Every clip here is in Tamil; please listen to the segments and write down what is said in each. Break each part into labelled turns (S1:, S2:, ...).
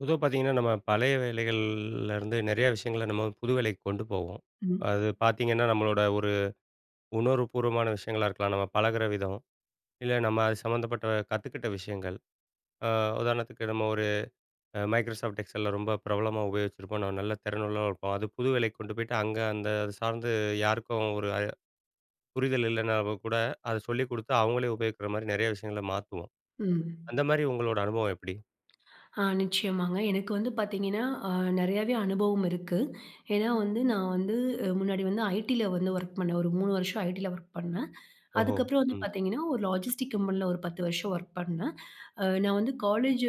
S1: பொதுவா பார்த்தீங்கன்னா, நம்ம பழைய வேலைகள்ல இருந்து நிறைய விஷயங்கள நம்ம புது வேலைக்கு கொண்டு போவோம்.
S2: ம்.
S1: அது பார்த்தீங்கன்னா, நம்மளோட ஒரு உணர்வுபூர்வமான விஷயங்களா இருக்கலாம். நம்ம பழகுற விதம், இல்ல நம்ம அது சம்மந்தப்பட்ட கத்துக்கிட்ட விஷயங்கள். அ உதாரணத்துக்கு நம்ம ஒரு Microsoft Excelல ரொம்ப பிரபலமா உபயோகிச்சிருப்போம். நம்ம நல்ல திறனுள்ளவா இருப்போம். அது புது வேலைக்கு கொண்டு போயிட்டு அங்க அந்த அது சார்ந்து யாருக்கும் ஒரு புரிதல் இல்லைன்னா கூட அத சொல்லிக் குடுத்து அவங்களே உபயோகிக்கிற மாரி நிறைய விஷயங்கள மாத்துவோம். அந்த
S2: ம்.
S1: மாரி உங்களோட அனுபவம் எப்படி?
S2: ஆ நிச்சயமாங்க. எனக்கு வந்து பார்த்தீங்கன்னா, அ நெறையாவே அனுபவம் இருக்கு. ஏன்னா வந்து நான் வந்து முன்னாடி வந்து ஐடில வந்து ஒர்க் பண்ணேன். ஒரு 3 வருஷம் ஐடில ஒர்க் பண்ணேன்.
S1: ஓஹோ!
S2: அதுக்கப்புறம் வந்து
S1: ம்.
S2: பார்த்தீங்கன்னா, ஒரு லாஜிஸ்டிக் கம்பெனில ஒரு 10 வருஷம் ஒர்க் பண்ணேன். நான் வந்து காலேஜ்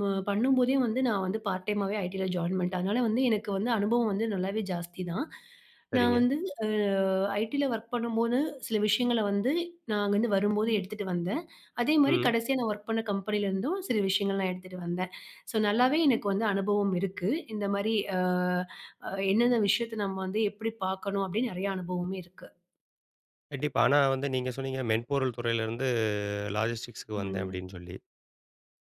S2: ம பண்ணும்போதே வந்து நான் வந்து பார்ட் டைமாவே ஐடில ஜாயின் பண்ணிட்டேன். அதனால வந்து எனக்கு வந்து அனுபவம் வந்து நல்லாவே ஜாஸ்தி தான். நான்
S1: சரிங்க.
S2: வந்து அ ஐடில வொர்க் பண்ணும்போது, சில விஷயங்கள வந்து நான் அங்கருந்து வரும்போது எடுத்துட்டு வந்தேன். அதே மாரி
S1: ம்.
S2: கடைசியா நான் வொர்க் பண்ண கம்பெனிலருந்தும் சில விஷயங்கள் நான் எடுத்துட்டு வந்தேன். ஸோ நல்லாவே எனக்கு வந்து அனுபவம் இருக்கு. இந்த மாரி அ அ என்னென்ன விஷயத்த நம்ம வந்து எப்படி பார்க்கணும் அப்படின்னு நெறைய அனுபவமே இருக்கு.
S1: கண்டிப்பா. ஆனா வந்து நீங்க சொன்னீங்க மென்பொருள் துறையில இருந்து லாஜிஸ்டிக்ஸ்‌க்கு வந்தேன்
S2: ம்.
S1: அப்படின்னு சொல்லி.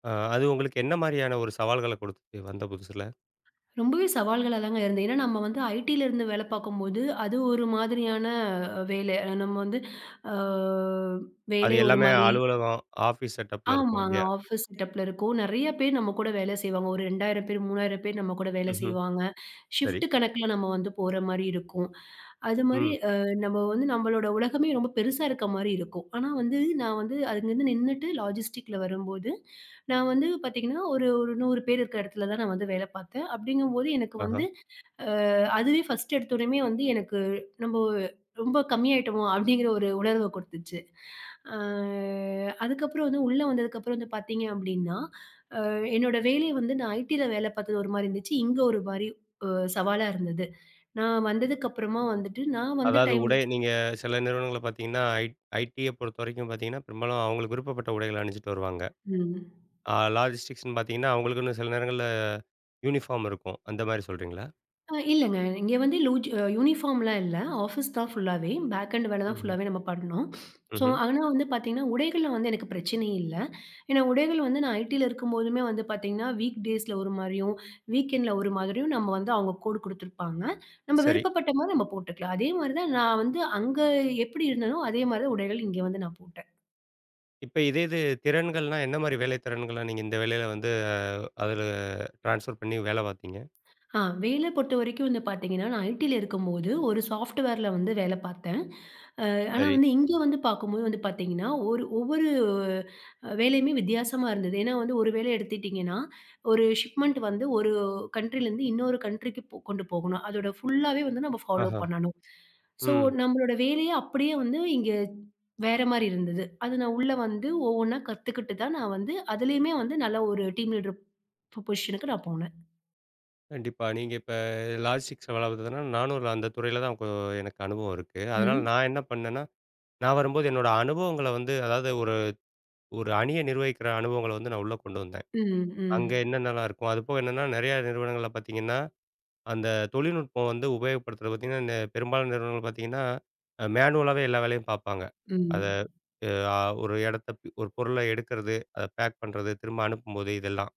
S1: அது உங்களுக்கு என்ன மாரியான ஒரு சவால்கள கொடுத்துச்சு வந்த புதுசுல?
S2: ரொம்பவே சவால்களா தாங்க இருந்தது. ஏன்னா நம்ம வந்து ஐடில இருந்து வேல பார்க்கும்போது, அது ஒரு மாதிரியான வேலை. நம்ம வந்து அ
S1: அது
S2: வேலை ஒரு
S1: எல்லாமே
S2: மாரி
S1: அலுவலகம், ஆஃபீஸ் செட்டப்ல இருக்கும்
S2: ஆமாங்க.
S1: இல்லையா?
S2: ஆஃபீஸ் செட்டப்ல இருக்கும். நெறைய பேர் நம்ம கூட வேலை செய்வாங்க. ஒரு 2000 பேர், 3000 பேர் நம்ம கூட வேலை
S1: ம்ஹ்ம்.
S2: செய்வாங்க.
S1: சரி.
S2: ஷிஃப்ட் கணக்குல நம்ம வந்து போற மாரி இருக்கும். அது மாரி
S1: ம்.
S2: நம்ம வந்து நம்மளோட உலகமே ரொம்ப பெருசா இருக்க மாரி இருக்கும். ஆனா வந்து நான் வந்து அங்கருந்து நின்னுட்டு லாஜிஸ்டிக்ல வரும்போது, நான் வந்து பார்த்தீங்கன்னா, ஒரு ஒரு 100 பேர் இருக்கிற இடத்துல தான் நான் வந்து வேலை பார்த்தேன். அப்படிங்கும்போது எனக்கு
S1: ஆஹா.
S2: வந்து அ அதுவே ஃபர்ஸ்ட் எடுத்தோனமே வந்து எனக்கு நம்போ ரொம்ப கம்மியாயிட்டோமோ! அப்டிங்கிற ஒரு உணர்வ குடுத்துச்சு. அ அதுக்கப்புறம் வந்து உள்ள வந்ததுக்கப்புறம் வந்து பார்த்தீங்க அப்டின்னா, என்னோட வேலை வந்து நான் ஐடில வேல பார்த்தது ஒரு மாரி இருந்துச்சு. இங்க ஒரு மாரி அ சவாலா இருந்தது. நான் வந்ததுக்கப்புறமா வந்துட்டு நான் வந்த
S1: அதாவது
S2: டைம்ல
S1: உடை நீங்க சில நிறுவனங்கள்ல பார்த்தீங்கன்னா, ஐடிய பொறுத்தவரைக்கும் பார்த்தீங்கன்னா, பெரும்பாலும் அவங்களுக்கு விருப்பப்பட்ட உடைகள அணிஞ்சிட்டு வருவாங்க.
S2: ம்.
S1: லாஜிஸ்டிக்ஸ்ன்னு பார்த்தீங்கன்னா, அவங்களுக்குன்னு சில நேரங்கள்ல யூனிஃபார்ம் இருக்கும். அந்த மாரி சொல்றீங்களா?
S2: இல்லங்க. இங்க வந்து லூஜ் யூனிஃபார்ம்லாம் இல்ல. ஆஃபீஸ் தான் ஃபுல்லாவே. பேக் அண்ட் வேல தான்
S1: ம்ஹ்ம்.
S2: ஃபுல்லாவே நம்ம பண்ணோம். ஸோ,
S1: ம்ஹ்ம்.
S2: ஆனா வந்து பார்த்தீங்கன்னா, உடைகள்ல வந்து எனக்கு பிரச்சனையே இல்ல. ஏன்னா, உடைகள் வந்து நான் ஐடில இருக்கும்போதுமே வந்து பார்த்தீங்கன்னா, வீக் டேஸ்ல ஒரு மாரியும், வீக்கெண்ட்ல ஒரு மாதிரியும் நம்ம வந்து அவங்க கோடு குடுத்துருப்பாங்க. நம்ம
S1: சரி.
S2: விருப்பப்பட்ட மாரி நம்ம போட்டுக்கலாம். அதே மாரி தான் நான் வந்து அங்க எப்படி இருந்தேனோ, அதே மாரி தான் உடைகள் இங்க வந்து நான் போட்டேன்.
S1: இப்ப இதே இது திறன்கள்னா என்ன மாரி வேலை திறன்கள நீங்க இந்த வேலையில வந்து, அதுல ட்ரான்ஸ்ஃபர் பண்ணி வேலை பார்த்தீங்க?
S2: ஆ வேல பொறுத்தவரைக்கும் வந்து பார்த்தீங்கன்னா, நான் ஐடில இருக்கும்போது ஒரு சாஃப்ட்வேர்ல வந்து வேல பார்த்தேன். அ ஆனா
S1: சரி.
S2: வந்து இங்க வந்து பார்க்கும்போது வந்து பார்த்தீங்கன்னா, ஒவ்வொரு வேலையுமே வித்தியாசமா இருந்தது. ஏன்னா வந்து ஒரு வேலை எடுத்துட்டீங்கன்னா, ஒரு ஷிப்மெண்ட் வந்து ஒரு கண்ட்ரிலருந்து இன்னொரு கண்ட்ரிக்கு கொண்டு போகணும். அதோட ஃபுல்லாவே வந்து நம்ம ஃபாலோ
S1: ஆஹா.
S2: பண்ணணும். ஸோ,
S1: ம்.
S2: நம்மளோட வேலையே அப்படியே வந்து இங்க வேற மாரி இருந்தது. அது நான் உள்ள வந்து ஒவ்வொன்னா கத்துக்கிட்டு தான் நான் வந்து அதுலயுமே வந்து நல்ல ஒரு டீம் லீடர் பொசிஷனுக்கு நான் போனேன்.
S1: கண்டிப்பா. நீங்க இப்ப லாஜிஸ்டிக்ஸ் வளர்த்ததுனா, நானும் ஒரு அந்த துறையில தான் எனக்கு அனுபவம் இருக்கு. அதனால
S2: ம்.
S1: நான் என்ன பண்ணேன்னா, நான் வரும்போது என்னோட அனுபவங்கள வந்து அதாவது ஒரு ஒரு அணிய நிர்வகிக்கிற அனுபவங்கள வந்து நான் உள்ள கொண்டு வந்தேன்.
S2: ம். ம்.
S1: அங்க என்னென்னலாம் இருக்கும். அதுபோக என்னன்னா நெறைய நிறுவனங்கள்ல பார்த்தீங்கன்னா, அந்த தொழில்நுட்பம் வந்து உபயோகப்படுத்துறது பார்த்தீங்கன்னா, பெரும்பாலான நிறுவனங்கள் பார்த்தீங்கன்னா, மேனுவலாவே எல்லா வேலையும் பார்ப்பாங்க. அத
S2: ம்.
S1: அ ஆ ஒரு இடத்த ஒரு பொருள எடுக்கிறது, அத பேக் பண்றது, திரும்ப அனுப்பும்போது இதெல்லாம்.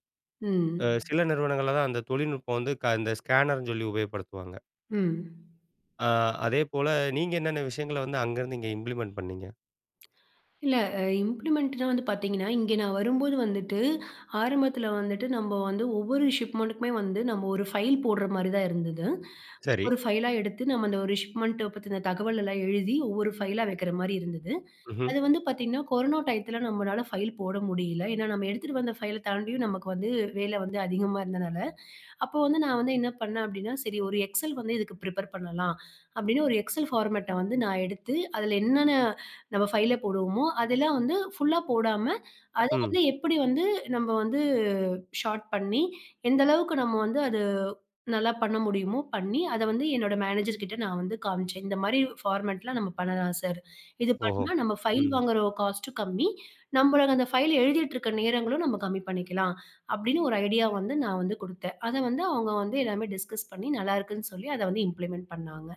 S1: அ
S2: ம்.
S1: சில நிறுவனங்கள்ல தான் அந்த தொழில்நுட்பம் வந்து இந்த ஸ்கேனர்ன்னு சொல்லி உபயோகப்படுத்துவாங்க.
S2: ம்.
S1: ஆ அதேபோல நீங்க என்னென்ன விஷயங்கள வந்து அங்கருந்து இங்க இம்ப்ளிமெண்ட் பண்ணீங்க?
S2: இல்ல இம்ப்ளிமெண்ட்னா வந்து பார்த்தீங்கன்னா, இங்கே நான் வரும்போது வந்துட்டு, ஆரம்பத்தில வந்துட்டு நம்ம வந்து ஒவ்வொரு ஷிப்மெண்ட்டுக்குமே வந்து நம்ம ஒரு ஃபைல் போடுற மாரி தான் இருந்தது.
S1: சரி.
S2: ஒரு ஃபைலா எடுத்து நம்ம அந்த ஒரு ஷிப்மெண்ட்ட பத்தின தகவல் எல்லாம் எழுதி, ஒவ்வொரு ஃபைலா வைக்கிற மாரி இருந்தது.
S1: ம்ஹ்ம்.
S2: அது வந்து பார்த்தீங்கன்னா, கொரோனா டயத்தில நம்மளால ஃபைல் போட முடியல. ஏன்னா, நம்ம எடுத்துட்டு வந்த ஃபைல தாண்டியும் நமக்கு வந்து வேலை வந்து அதிகமா இருந்தனால, அப்போ வந்து நான் வந்து என்ன பண்ணேன் அப்படின்னா, சரி ஒரு எக்ஸல் வந்து இதுக்கு ப்ரிப்பேர் பண்ணலாம். அப்படின்னு ஒரு எக்ஸல் ஃபார்மேட்ட வந்து நான் எடுத்து, அதுல என்னென்ன நம்ம ஃபைல போடுவோமோ, அதெல்லாம் வந்து ஃபுல்லா போடாம, அத
S1: ம்.
S2: வந்து எப்படி வந்து நம்ம வந்து ஷார்ட் பண்ணி, எந்த அளவுக்கு நம்ம வந்து அது நல்லா பண்ண முடியுமோ பண்ணி, அத வந்து என்னோட மேனேஜர் கிட்ட நான் வந்து காமிச்சேன். இந்த மாரி ஃபார்மேட்லாம் நம்ம பண்ணலாம் சார். இது
S1: ஓஹோ!
S2: பண்ணா நம்ம ஃபைல்
S1: ம்.
S2: வாங்குற காஸ்ட்டும் கம்மி. நம்மளுக்கு அந்த ஃபைல் எழுதிட்டு இருக்க நேரங்களும் நம்ம கம்மி பண்ணிக்கலாம். அப்படின்னு ஒரு ஐடியா வந்து நான் வந்து குடுத்தேன். அத வந்து அவங்க வந்து எல்லாமே டிஸ்கஸ் பண்ணி நல்லா இருக்குன்னு சொல்லி அத வந்து இம்ப்ளிமெண்ட் பண்ணாங்க.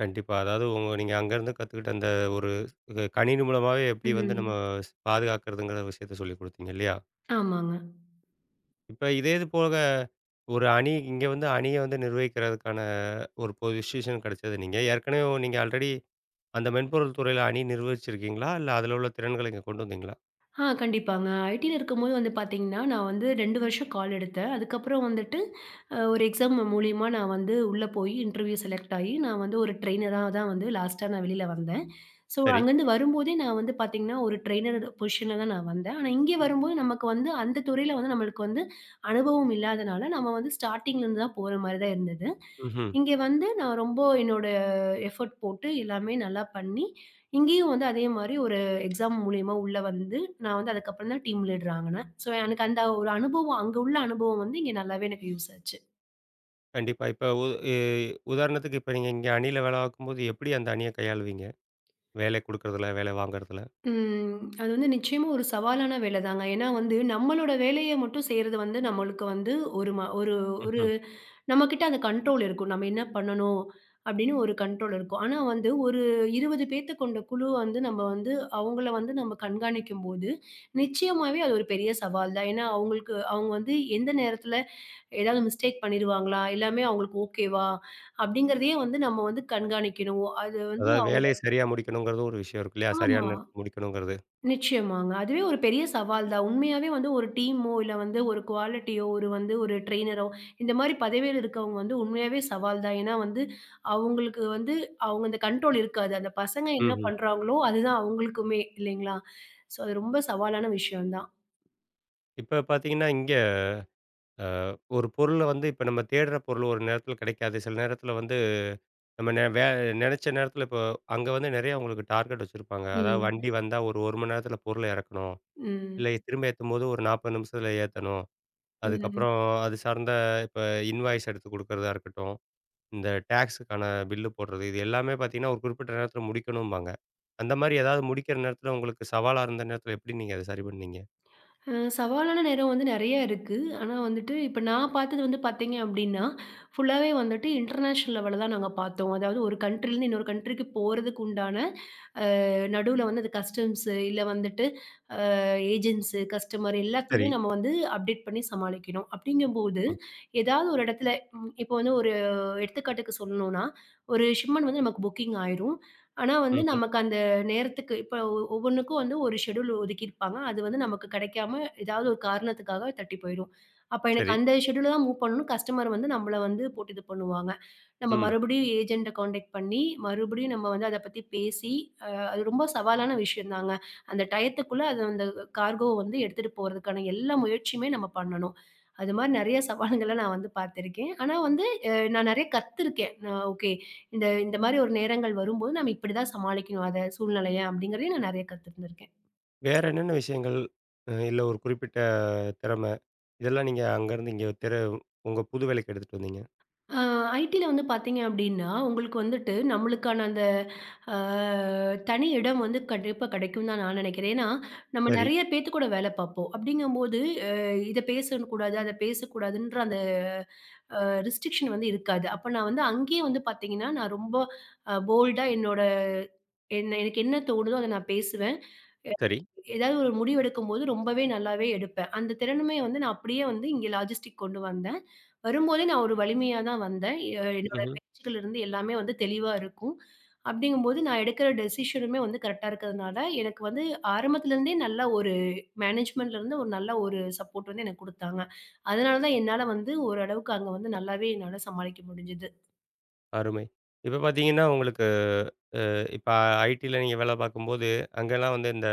S1: கண்டிப்பா. அதாவது உங்க நீங்க அங்கருந்து கத்துக்கிட்ட அந்த ஒரு கணினி மூலமாவே எப்படி வந்து நம்ம
S2: ம்.
S1: பாதுகாக்கிறதுங்கிற விஷயத்த சொல்லிக் குடுத்தீங்க இல்லையா?
S2: ஆமாங்க.
S1: இப்ப இதே இது போக ஒரு அணி இங்க வந்து அணிய வந்து நிர்வகிக்கிறதுக்கான ஒரு பொசிஷன் கிடைச்சது நீங்க. ஏற்கனவே நீங்க ஆல்ரெடி அந்த மென்பொருள் துறையில அணி நிர்வகிச்சிருக்கீங்களா? இல்ல அதில உள்ள திறன்கள இங்க கொண்டு வந்தீங்களா?
S2: ஆ கண்டிப்பாங்க. ஐடில இருக்கும்போது வந்து பார்த்தீங்கன்னா, நான் வந்து 2 வருஷம் கால் எடுத்தேன். அதுக்கப்புறம் வந்துட்டு ஒரு எக்ஸாம் மூலியமா நான் வந்து உள்ள போய் இன்டர்வியூ செலக்ட் ஆயி நான் வந்து ஒரு ட்ரெய்னரா தான் வந்து லாஸ்ட்டா நான் வெளில வந்தேன். ஸோ
S1: சரி.
S2: அங்கேருந்து வரும்போதே நான் வந்து பார்த்தீங்கன்னா, ஒரு ட்ரெய்னர் பொசிஷன்ல தான் நான் வந்தேன். ஆனா இங்கே வரும்போது நமக்கு வந்து அந்த துறையில வந்து நம்மளுக்கு வந்து அனுபவம் இல்லாதனால, நம்ம வந்து ஸ்டார்ட்டிங்ல இருந்து தான் போற மாரி தான் இருந்தது.
S1: ம்ஹ்ம்.
S2: இங்கே வந்து நான் ரொம்ப என்னோட எஃபோர்ட் போட்டு எல்லாமே நல்லா பண்ணி, இங்கேயும் வந்து அதே மாரி ஒரு எக்ஸாம் மூலியமா உள்ள வந்து, நான் வந்து அதுக்கப்புறம் தான் டீம் லீடர் ஆகுனேன். ஸோ எனக்கு அந்த ஒரு அனுபவம் அங்க உள்ள அனுபவம் வந்து இங்க நல்லாவே எனக்கு யூஸ் ஆச்சு.
S1: கண்டிப்பா. இப்ப உ இ உதாரணத்துக்கு இப்ப நீங்க இங்க அணியில வேலை பார்க்கும்போது, எப்படி அந்த அணிய கையாளுவீங்க? வேலை குடுக்கறதுல, வேலை வாங்குறதுல.
S2: ம். அது வந்து நிச்சயமா ஒரு சவாலான வேலைதாங்க. ஏன்னா வந்து நம்மளோட வேலைய மட்டும் செய்றது வந்து நம்மளுக்கு வந்து ஒரு ஒரு ஒரு
S1: ம்ஹ்ம்.
S2: நம்மகிட்ட அந்த கண்ட்ரோல் இருக்கும். நம்ம என்ன பண்ணணும் அப்படின்னு ஒரு கண்ட்ரோல் இருக்கும். ஆனா வந்து ஒரு 20 பேத்த கொண்ட குழுவ வந்து நம்ம வந்து அவங்கள வந்து நம்ம கண்காணிக்கும்போது, நிச்சயமாவே அது ஒரு பெரிய சவால் தான். ஏன்னா அவங்களுக்கு அவங்க வந்து எந்த நேரத்துல ஏதாவது மிஸ்டேக் பண்ணிருவாங்களா? எல்லாமே அவங்களுக்கு ஓகேவா? அப்படிங்கிறதையே வந்து நம்ம வந்து கண்காணிக்கணும். அது வந்து
S1: அதாவது வேலைய சரியா முடிக்கணுங்கிறது ஒரு விஷயம் இருக்கு இல்லையா?
S2: ஆமா.
S1: சரியான நேரத்துக்கு முடிக்கணுங்கிறது.
S2: நிச்சயமாங்க. அதுவே ஒரு பெரிய சவால் தான். உண்மையாவே வந்து ஒரு டீமோ, இல்ல வந்து ஒரு குவாலிட்டியோ, ஒரு வந்து ஒரு ட்ரெய்னரோ, இந்த மாரி பதவியில இருக்கவங்க வந்து உண்மையாவே சவால் தான். ஏன்னா வந்து அவங்களுக்கு வந்து அவங்க அந்த கண்ட்ரோல் இருக்காது. அந்த பசங்க என்ன
S1: ம்ஹ்ம்.
S2: பண்றாங்களோ, அதுதான் அவங்களுக்குமே இல்லைங்களா? ஸோ அது ரொம்ப சவாலான விஷயம் தான்.
S1: இப்ப பார்த்தீங்கன்னா, இங்க அ ஒரு பொருள வந்து இப்ப நம்ம தேடுற பொருள் ஒரு நேரத்தில கிடைக்காது. சில நேரத்தில வந்து நம்ம நெ வே நெனைச்ச நேரத்தில இப்போ அங்க வந்து நெறைய உங்களுக்கு டார்கெட் வச்சிருப்பாங்க. அதாவது
S2: ம்.
S1: வண்டி வந்தா ஒரு 1 மணி நேரத்தில பொருள இறக்கணும். இல்ல
S2: ம்.
S1: திரும்ப ஏத்தும்போது ஒரு 40 நிமிஷத்தில ஏத்தணும்.
S2: ம்.
S1: அதுக்கப்புறம் அது சார்ந்த இப்ப இன்வாய்ஸ் எடுத்து குடுக்கறதா இருக்கட்டும். இந்த டாக்ஸுக்கான பில்லு போடுறது. இது எல்லாமே பார்த்தீங்கன்னா, ஒரு குறிப்பிட்ட நேரத்தில முடிக்கணும்பாங்க. அந்த மாரி ஏதாவது முடிக்கிற நேரத்தில உங்களுக்கு சவாலா இருந்த நேரத்தில எப்படி நீங்க அத சரி பண்ணீங்க?
S2: அ சவாலான நேரம் வந்து நெறைய இருக்கு. ஆனா வந்துட்டு இப்ப நான் பார்த்தது வந்து பார்த்தீங்க அப்டின்னா, ஃபுல்லாவே வந்துட்டு இன்டர்நேஷனல் லெவல்ல தான் நாங்க பார்த்தோம். அதாவது ஒரு கண்ட்ரிலருந்து இன்னொரு கண்ட்ரிக்கு போறதுக்கு உண்டான நடுவுல வந்து அது கஸ்டம்ஸு, இல்ல வந்துட்டு ஏஜென்ட்ஸு, கஸ்டமர்
S1: சரி.
S2: எல்லாத்தையுமே நம்ம வந்து அப்டேட் பண்ணி சமாளிக்கணும். அப்படிங்கும்போது,
S1: ம்.
S2: ஏதாவது ஒரு இடத்துல இப்போ வந்து ஒரு எடுத்துக்காட்டுக்கு சொல்லணும்னா, ஒரு ஷிப்மெண்ட் வந்து நமக்கு புக்கிங் ஆயிரும். ஆனா வந்து
S1: ம்ஹ்ம்.
S2: நமக்கு அந்த நேரத்துக்கு இப்போ ஒவ்வொன்னுக்கும் வந்து ஒரு ஷெட்யூல் ஒதுக்கியிருப்பாங்க. அது வந்து நமக்கு கிடைக்காம ஏதாவது ஒரு காரணத்துக்காக தட்டி போயிரும். அப்ப எனக்கு
S1: சரி.
S2: அந்த ஷெட்யூல தான் மூவ் பண்ணணும். கஸ்டமர் வந்து நம்மள வந்து போட்டு இது பண்ணுவாங்க. நம்ம
S1: ம்.
S2: மறுபடியும் ஏஜென்ட்ட கான்டாக்ட் பண்ணி, மறுபடியும் நம்ம வந்து அத பத்தி பேசி, அ அது ரொம்ப சவாலான விஷயம் தாங்க. அந்த டயத்துக்குள்ள அது அந்த கார்கோ வந்து எடுத்துட்டு போறதுக்கான எல்லா முயற்சியுமே நம்ம பண்ணணும். அது மாரி நெறைய சவால்கள நான் வந்து பார்த்திருக்கேன். ஆனா வந்து நான் நெறைய கத்துருக்கேன். நான் ஓகே இந்த இந்த மாரி ஒரு நேரங்கள் வரும்போது நம்ம இப்படிதான் சமாளிக்கணும் அத சூழ்நிலைய அப்படிங்கிறதையும் நான் நெறைய கத்துருந்துருக்கேன்.
S1: வேற என்னென்ன விஷயங்கள்? இல்ல ஒரு குறிப்பிட்ட திறமை, இதெல்லாம் நீங்க அங்கருந்து இங்க உங்க புது வேலைக்கு எடுத்துட்டு வந்தீங்க.
S2: ஆ ஐடில வந்து பார்த்தீங்க அப்படின்னா, உங்களுக்கு வந்துட்டு நம்மளுக்கான அந்த ஆ தனி இடம் வந்து கண்டிப்பா கெடைக்கும் தான் நான் நெனைக்கிறேன். ஏன்னா, நம்ம
S1: சரி,
S2: நெறைய பேத்து கூட வேல பார்ப்போம். அப்படிங்கும்போது அ இத பேசக்கூடாது, அத பேசக்கூடாதுன்ற அந்த அ ரெஸ்ட்ரிக்ஷன் வந்து இருக்காது. அப்ப நான் வந்து அங்கேயே வந்து பார்த்தீங்கன்னா, நான் ரொம்ப போல்டா என்னோட என்ன எனக்கு என்ன தோணுதோ அத நான் பேசுவேன். எ
S1: சரி.
S2: ஏதாவது ஒரு முடிவு எடுக்கும்போது ரொம்பவே நல்லாவே எடுப்பேன். அந்த திறனுமே வந்து நான் அப்படியே வந்து இங்க லாஜிஸ்டிக் கொண்டு வந்தேன். வரும்போதே நான் ஒரு வலிமையா தான் வந்தேன். என்னோட
S1: ம்ஹ்ம்.
S2: பேச்சுக்கள் இருந்து எல்லாமே வந்து தெளிவா இருக்கும். அப்படிங்கும்போது நான் எடுக்கிற டெசிஷனுமே வந்து கரெக்ட்டா இருக்கிறதுனால, எனக்கு வந்து ஆரம்பத்துல இருந்தே நல்ல ஒரு மேனேஜ்மென்ட்ல இருந்து ஒரு நல்ல ஒரு சப்போர்ட் வந்து எனக்கு குடுத்தாங்க. அதனால தான் என்னால வந்து ஓரளவுக்கு அங்க வந்து நல்லாவே என்னால சமாளிக்க முடிஞ்சது.
S1: அருமை. இப்ப பார்த்தீங்கன்னா, உங்களுக்கு இப்ப ஐடில நீங்க வேலை பார்க்கும்போது, அங்கலாம் வந்து இந்த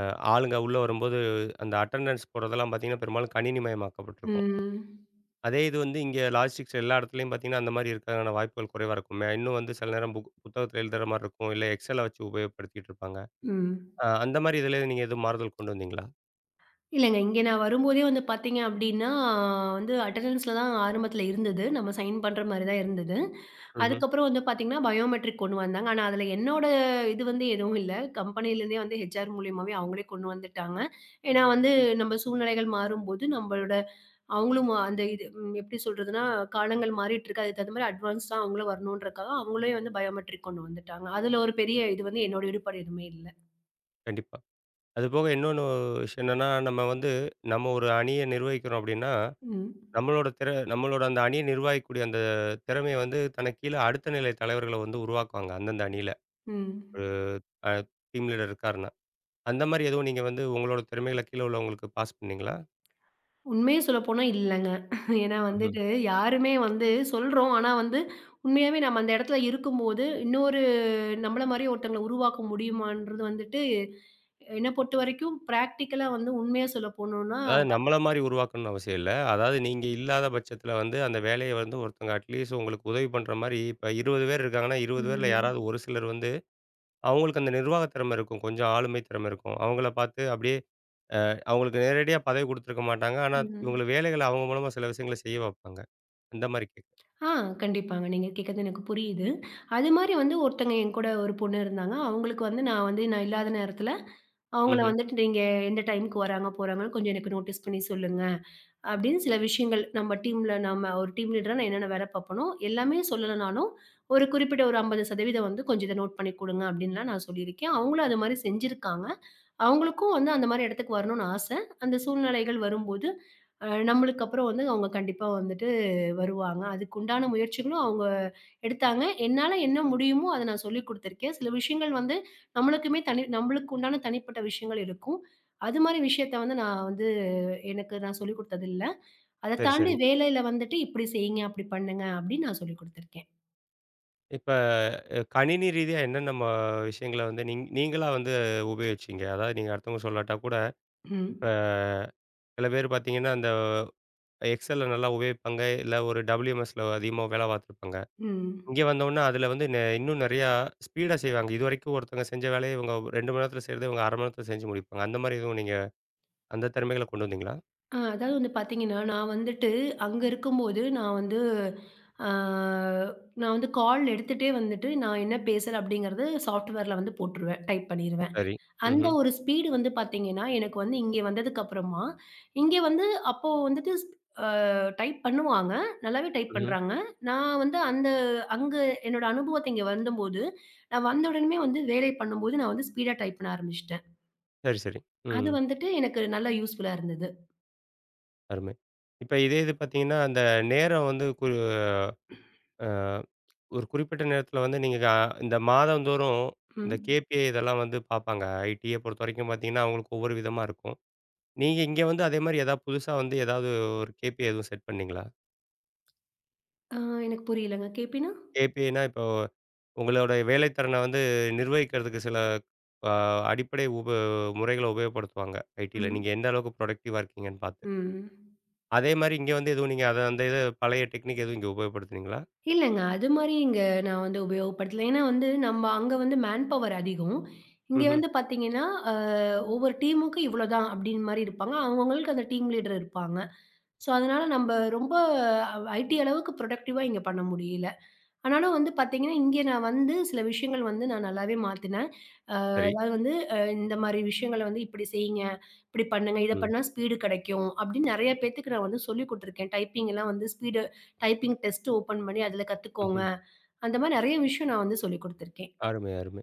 S1: அ ஆளுங்க உள்ள வரும்போது, அந்த அட்டெண்டன்ஸ் போடுறதெல்லாம் பார்த்தீங்கன்னா, பெரும்பாலும் கணினிமயமாக்கப்பட்டிருக்கும்.
S2: ம்.
S1: அதே இது வந்து இங்கே லாஜிஸ்டிக்ஸ் எல்லா இடத்துலயும் பார்த்தீங்கன்னா, அந்த மாரி இருக்கறதுக்கான வாய்ப்புகள் குறைவா இருக்குமே. இன்னும் வந்து சில நேரம் புத்தகத்தில எழுதுற மாரி இருக்கும். இல்ல எக்ஸல வச்சு உபயோகப்படுத்திட்டு இருப்பாங்க.
S2: ம்.
S1: அந்த மாரி இதில நீங்க எதுவும் மாறுதல் கொண்டு வந்தீங்களா?
S2: இல்லங்க. இங்க நான் வரும்போதே வந்து பார்த்தீங்க அப்டின்னா, வந்து அட்டெண்டன்ஸ்ல தான் ஆரம்பத்துல இருந்தது. நம்ம சைன் பண்ற மாரி தான் இருந்தது.
S1: ம்ஹ்ம்.
S2: அதுக்கப்புறம் வந்து பார்த்தீங்கன்னா, பயோமெட்ரிக் கொண்டு வந்தாங்க. ஆனா அதுல என்னோட இது வந்து எதுவும் இல்ல. கம்பெனிலேருந்தே வந்து ஹெச்ஆர் மூலியமாவே அவங்களே கொண்டு வந்துட்டாங்க. ஏன்னா வந்து நம்ம சூழ்நிலைகள் மாறும்போது, நம்மளோட அவங்களும் அந்த இது எப்டி சொல்றதுன்னா, காலங்கள் மாறிட்டுருக்கு. அதுக்கு தகுந்த மாரி அட்வான்ஸ்டா அவங்களும் வரணுன்றக்காக, அவங்களே வந்து பயோமெட்ரிக் கொண்டு வந்துட்டாங்க. அதுல ஒரு பெரிய இது வந்து என்னோட ஈடுபாடு எதுவுமே இல்ல.
S1: கண்டிப்பா. அதுபோக இன்னொன்னு விஷயம் என்னன்னா, நம்ம வந்து நம்ம ஒரு அணிய நிர்வகிக்கிறோம் அப்டின்னா,
S2: ம்.
S1: நம்மளோட அந்த அணிய நிர்வகிக்கக்கூடிய அந்த திறமைய வந்து தனக்கு கீழ அடுத்த நிலை தலைவர்கள வந்து உருவாக்குவாங்க. அந்தந்த அணியில. ஒரு
S2: ம்.
S1: அ டீம் லீடர் இருக்காருன்னா. அந்த மாரி எதுவும் நீங்க வந்து உங்களோட திறமைகள கீழ உள்ளவங்களுக்கு பாஸ் பண்ணீங்களா?
S2: உண்மைய சொல்லப்போனா இல்லங்க. ஏன்னா
S1: ம்ஹ்ம்.
S2: வந்துட்டு யாருமே வந்து சொல்றோம். ஆனா வந்து உண்மையாவே நம்ம அந்த இடத்துல இருக்கும்போது, இன்னொரு நம்மள மாரியே ஒருத்தங்கள உருவாக்க முடியுமான்றது வந்துட்டு, என்ன பொறுத்தவரைக்கும் பிராக்டிகலா வந்து உண்மையா சொல்ல போனோம்னா
S1: அதாவது நம்மள மாரி உருவாக்கணும்னு அவசியம் இல்ல. அதாவது நீங்க இல்லாத பட்சத்தில வந்து, அந்த வேலைய வந்து ஒருத்தவங்க அட்லீஸ்ட் உங்களுக்கு உதவி பண்ற மாரி, இப்ப 20 பேர் இருக்காங்கன்னா, 20 பேர்ல யாராவது
S2: ம்,
S1: ஒரு சிலர் வந்து, அவங்களுக்கு அந்த நிர்வாக திறமை இருக்கும். கொஞ்சம் ஆளுமை திறமை இருக்கும். அவங்கள பார்த்து அப்படியே அவங்களுக்கு நேரடியா பதவி குடுத்துருக்க மாட்டாங்க. ஆனா,
S2: ம்.
S1: இவங்கள வேலைகள அவங்க மூலமா சில விஷயங்கள செய்ய வைப்பாங்க. அந்த மாரி கேட்கிறேன்.
S2: ஆ கண்டிப்பாங்க. நீங்க கேட்கறது எனக்கு புரியுது. அது மாரி வந்து ஒருத்தங்க என்கூட ஒரு பொண்ணு இருந்தாங்க. அவங்களுக்கு வந்து நான் இல்லாத நேரத்துல, அவங்கள
S1: ம்ஹ்ம்.
S2: வந்துட்டு நீங்க எந்த டைம்க்கு வராங்க, போறாங்கன்னு கொஞ்சம் எனக்கு நோட்டீஸ் பண்ணி சொல்லுங்க. அப்படின்னு சில விஷயங்கள் நம்ம டீம்ல நாம ஒரு டீம் லீடரா நான் என்னென்ன வேலை பார்ப்பனோ எல்லாமே சொல்லலைனாலும் குறிப்பிட்ட ஒரு 50% வந்து கொஞ்சம் இதை நோட் பண்ணி கொடுங்க அப்படின்லாம் நான் சொல்லியிருக்கேன். அவங்களும் அது மாதிரி செஞ்சிருக்காங்க. அவங்களுக்கும் வந்து அந்த மாதிரி இடத்துக்கு வரணும்னு ஆசை. அந்த சூழ்நிலைகள் வரும்போது நம்மளுக்கு அப்புறம் வந்து அவங்க கண்டிப்பா வந்துட்டு வருவாங்க. அதுக்கு உண்டான முயற்சிகளும் அவங்க எடுத்தாங்க. என்னால என்ன முடியுமோ அதை நான் சொல்லிக் கொடுத்துருக்கேன். சில விஷயங்கள் வந்து நம்மளுக்குமே தனி நம்மளுக்கு உண்டான தனிப்பட்ட விஷயங்கள் இருக்கும். அது மாதிரி விஷயத்த வந்து நான் வந்து எனக்கு நான் சொல்லிக் கொடுத்தது இல்ல. அத
S1: சரி,
S2: தாண்டி
S1: சரி.
S2: வேலையில வந்துட்டு இப்படி செய்யுங்க, அப்படி பண்ணுங்க அப்படின்னு நான் சொல்லிக் குடுத்துருக்கேன்.
S1: இப்ப கணினி ரீதியா என்னென்ன விஷயங்கள வந்து நீங்களா வந்து உபயோகிச்சீங்க? அதாவது நீங்க அடுத்தவங்க சொல்லாட்டா கூட, இப்ப
S2: ம்.
S1: சில பேர் பார்த்தீங்கன்னா, அந்த எக்ஸெல்ல நல்லா உபயோகிப்பாங்க. இல்ல ஒரு WMSல அதிகமா வேலை பார்த்துருப்பாங்க.
S2: ம்.
S1: இங்க வந்தோனே அதில வந்து இன்னும் நெறையா ஸ்பீடா செய்வாங்க. இதுவரைக்கும் ஒருத்தவங்க செஞ்ச வேலைய இவங்க 2 மணி நேரத்தில செய்றத இவங்க 1/2 மணி நேரத்தில செஞ்சு முடிப்பாங்க. அந்த மாரி எதுவும் நீங்க அந்த திறமைகள கொண்டு வந்தீங்களா?
S2: அதாவது வந்து பார்த்தீங்கன்னா, நான் வந்துட்டு அங்க இருக்கும்போது நான் வந்து ஆ நான் வந்து கால் எடுத்துட்டே வந்துட்டு நான் என்ன பேசுறேன் அப்படிங்கிறது சாஃப்ட்வேர்ல வந்து போட்டுருவேன். டைப் பண்ணிருவேன்.
S1: சரி.
S2: அந்த
S1: ம்ஹ்ம்.
S2: ஒரு ஸ்பீடு வந்து பார்த்தீங்கன்னா, எனக்கு வந்து இங்கே வந்ததுக்கப்புறமா, இங்கே வந்து அப்போ வந்துட்டு அ டைப் பண்ணுவாங்க. நல்லாவே டைப்
S1: ம்ஹ்ம்.
S2: பண்றாங்க. நான் வந்து அந்த அங்க என்னோட அனுபவத்த இங்க வந்தம்போது, நான் வந்த உடனுமே வந்து வேலை பண்ணும்போது நான் வந்து ஸ்பீடா டைப் பண்ண ஆரம்பிச்சுட்டேன்.
S1: சரி, சரி.
S2: அது
S1: ம்.
S2: வந்துட்டு எனக்கு நல்லா யூஸ்ஃபுல்லா இருந்தது.
S1: அருமை. இப்ப இதே இது பார்த்தீங்கன்னா, அந்த நேரம் வந்து கு அ ஒரு குறிப்பிட்ட நேரத்தில வந்து நீங்க இந்த மாதந்தோறும் இந்த
S2: ம்.
S1: கேபிஐ இதெல்லாம் வந்து பார்ப்பாங்க. ஐடிய பொறுத்தவரைக்கும் பார்த்தீங்கன்னா, அவங்களுக்கு ஒவ்வொரு விதமா இருக்கும். நீங்க இங்க வந்து அதே மாரி ஏதாவது புதுசா வந்து ஏதாவது ஒரு கேபிஐ எதுவும் செட் பண்ணீங்களா?
S2: அ எனக்கு புரியலங்க. கேட்பீனா?
S1: கேபிஐன்னா இப்போ உங்களோட வேலை திறன வந்து நிர்வகிக்கிறதுக்கு சில அ அடிப்படை முறைகள உபயோகப்படுத்துவாங்க ஐடில.
S2: ம்.
S1: நீங்க எந்த அளவுக்கு புரொடக்டிவா இருக்கீங்கன்னு பார்த்து.
S2: ம்.
S1: அதே மாரி இங்க வந்து எதுவும் நீங்க அத அந்த இத பழைய டெக்னிக் எதுவும் இங்க உபயோகப்படுத்துனீங்களா?
S2: இல்லங்க. அது மாரி இங்க நான் வந்து உபயோகப்படுத்தல. ஏன்னா வந்து நம்ம அங்க வந்து மேன் பவர் அதிகம். இங்க
S1: ம்ஹ்ம்.
S2: வந்து பார்த்தீங்கன்னா, அ ஒவ்வொரு டீமுக்கு இவ்வளோதான் அப்டின்னு மாரி இருப்பாங்க. அவங்கவங்களுக்கு அந்த டீம் லீடர் இருப்பாங்க. ஸோ, அதனால நம்ப ரொம்ப ஐடி அளவுக்கு ப்ரொடக்டிவா இங்க பண்ண முடியல. ஆனாலும் வந்து பார்த்தீங்கன்னா, இங்கே நான் வந்து சில விஷயங்கள் வந்து நான் நல்லாவே மாத்துனேன். அ
S1: சரி.
S2: அதாவது வந்து இந்த மாரி விஷயங்கள வந்து இப்படி செய்யுங்க, இப்படி பண்ணுங்க, இத
S1: ம்.
S2: பண்ணா ஸ்பீடு கிடைக்கும் அப்படின்னு நெறைய பேத்துக்கு நான் வந்து சொல்லிக் குடுத்துருக்கேன். டைப்பிங்லாம் வந்து ஸ்பீடு டைப்பிங் டெஸ்ட் ஓப்பன் பண்ணி அதில கத்துக்கோங்க.
S1: ம்ஹ்ம்.
S2: அந்த மாரி நெறைய விஷயம் நான் வந்து சொல்லிக் குடுத்துருக்கேன்.
S1: அருமை, அருமை.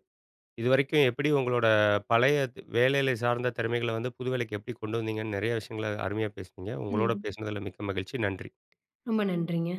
S1: இதுவரைக்கும் எப்படி உங்களோட பழைய வேலையில சார்ந்த திறமைகள வந்து புது வேலைக்கு எப்படி கொண்டு வந்தீங்கன்னு நெறைய விஷயங்கள அருமையா பேசுனீங்க. உங்களோட
S2: ம்.
S1: பேசுனதுல மிக்க மகிழ்ச்சி. நன்றி.
S2: ரொம்ப நன்றிங்க.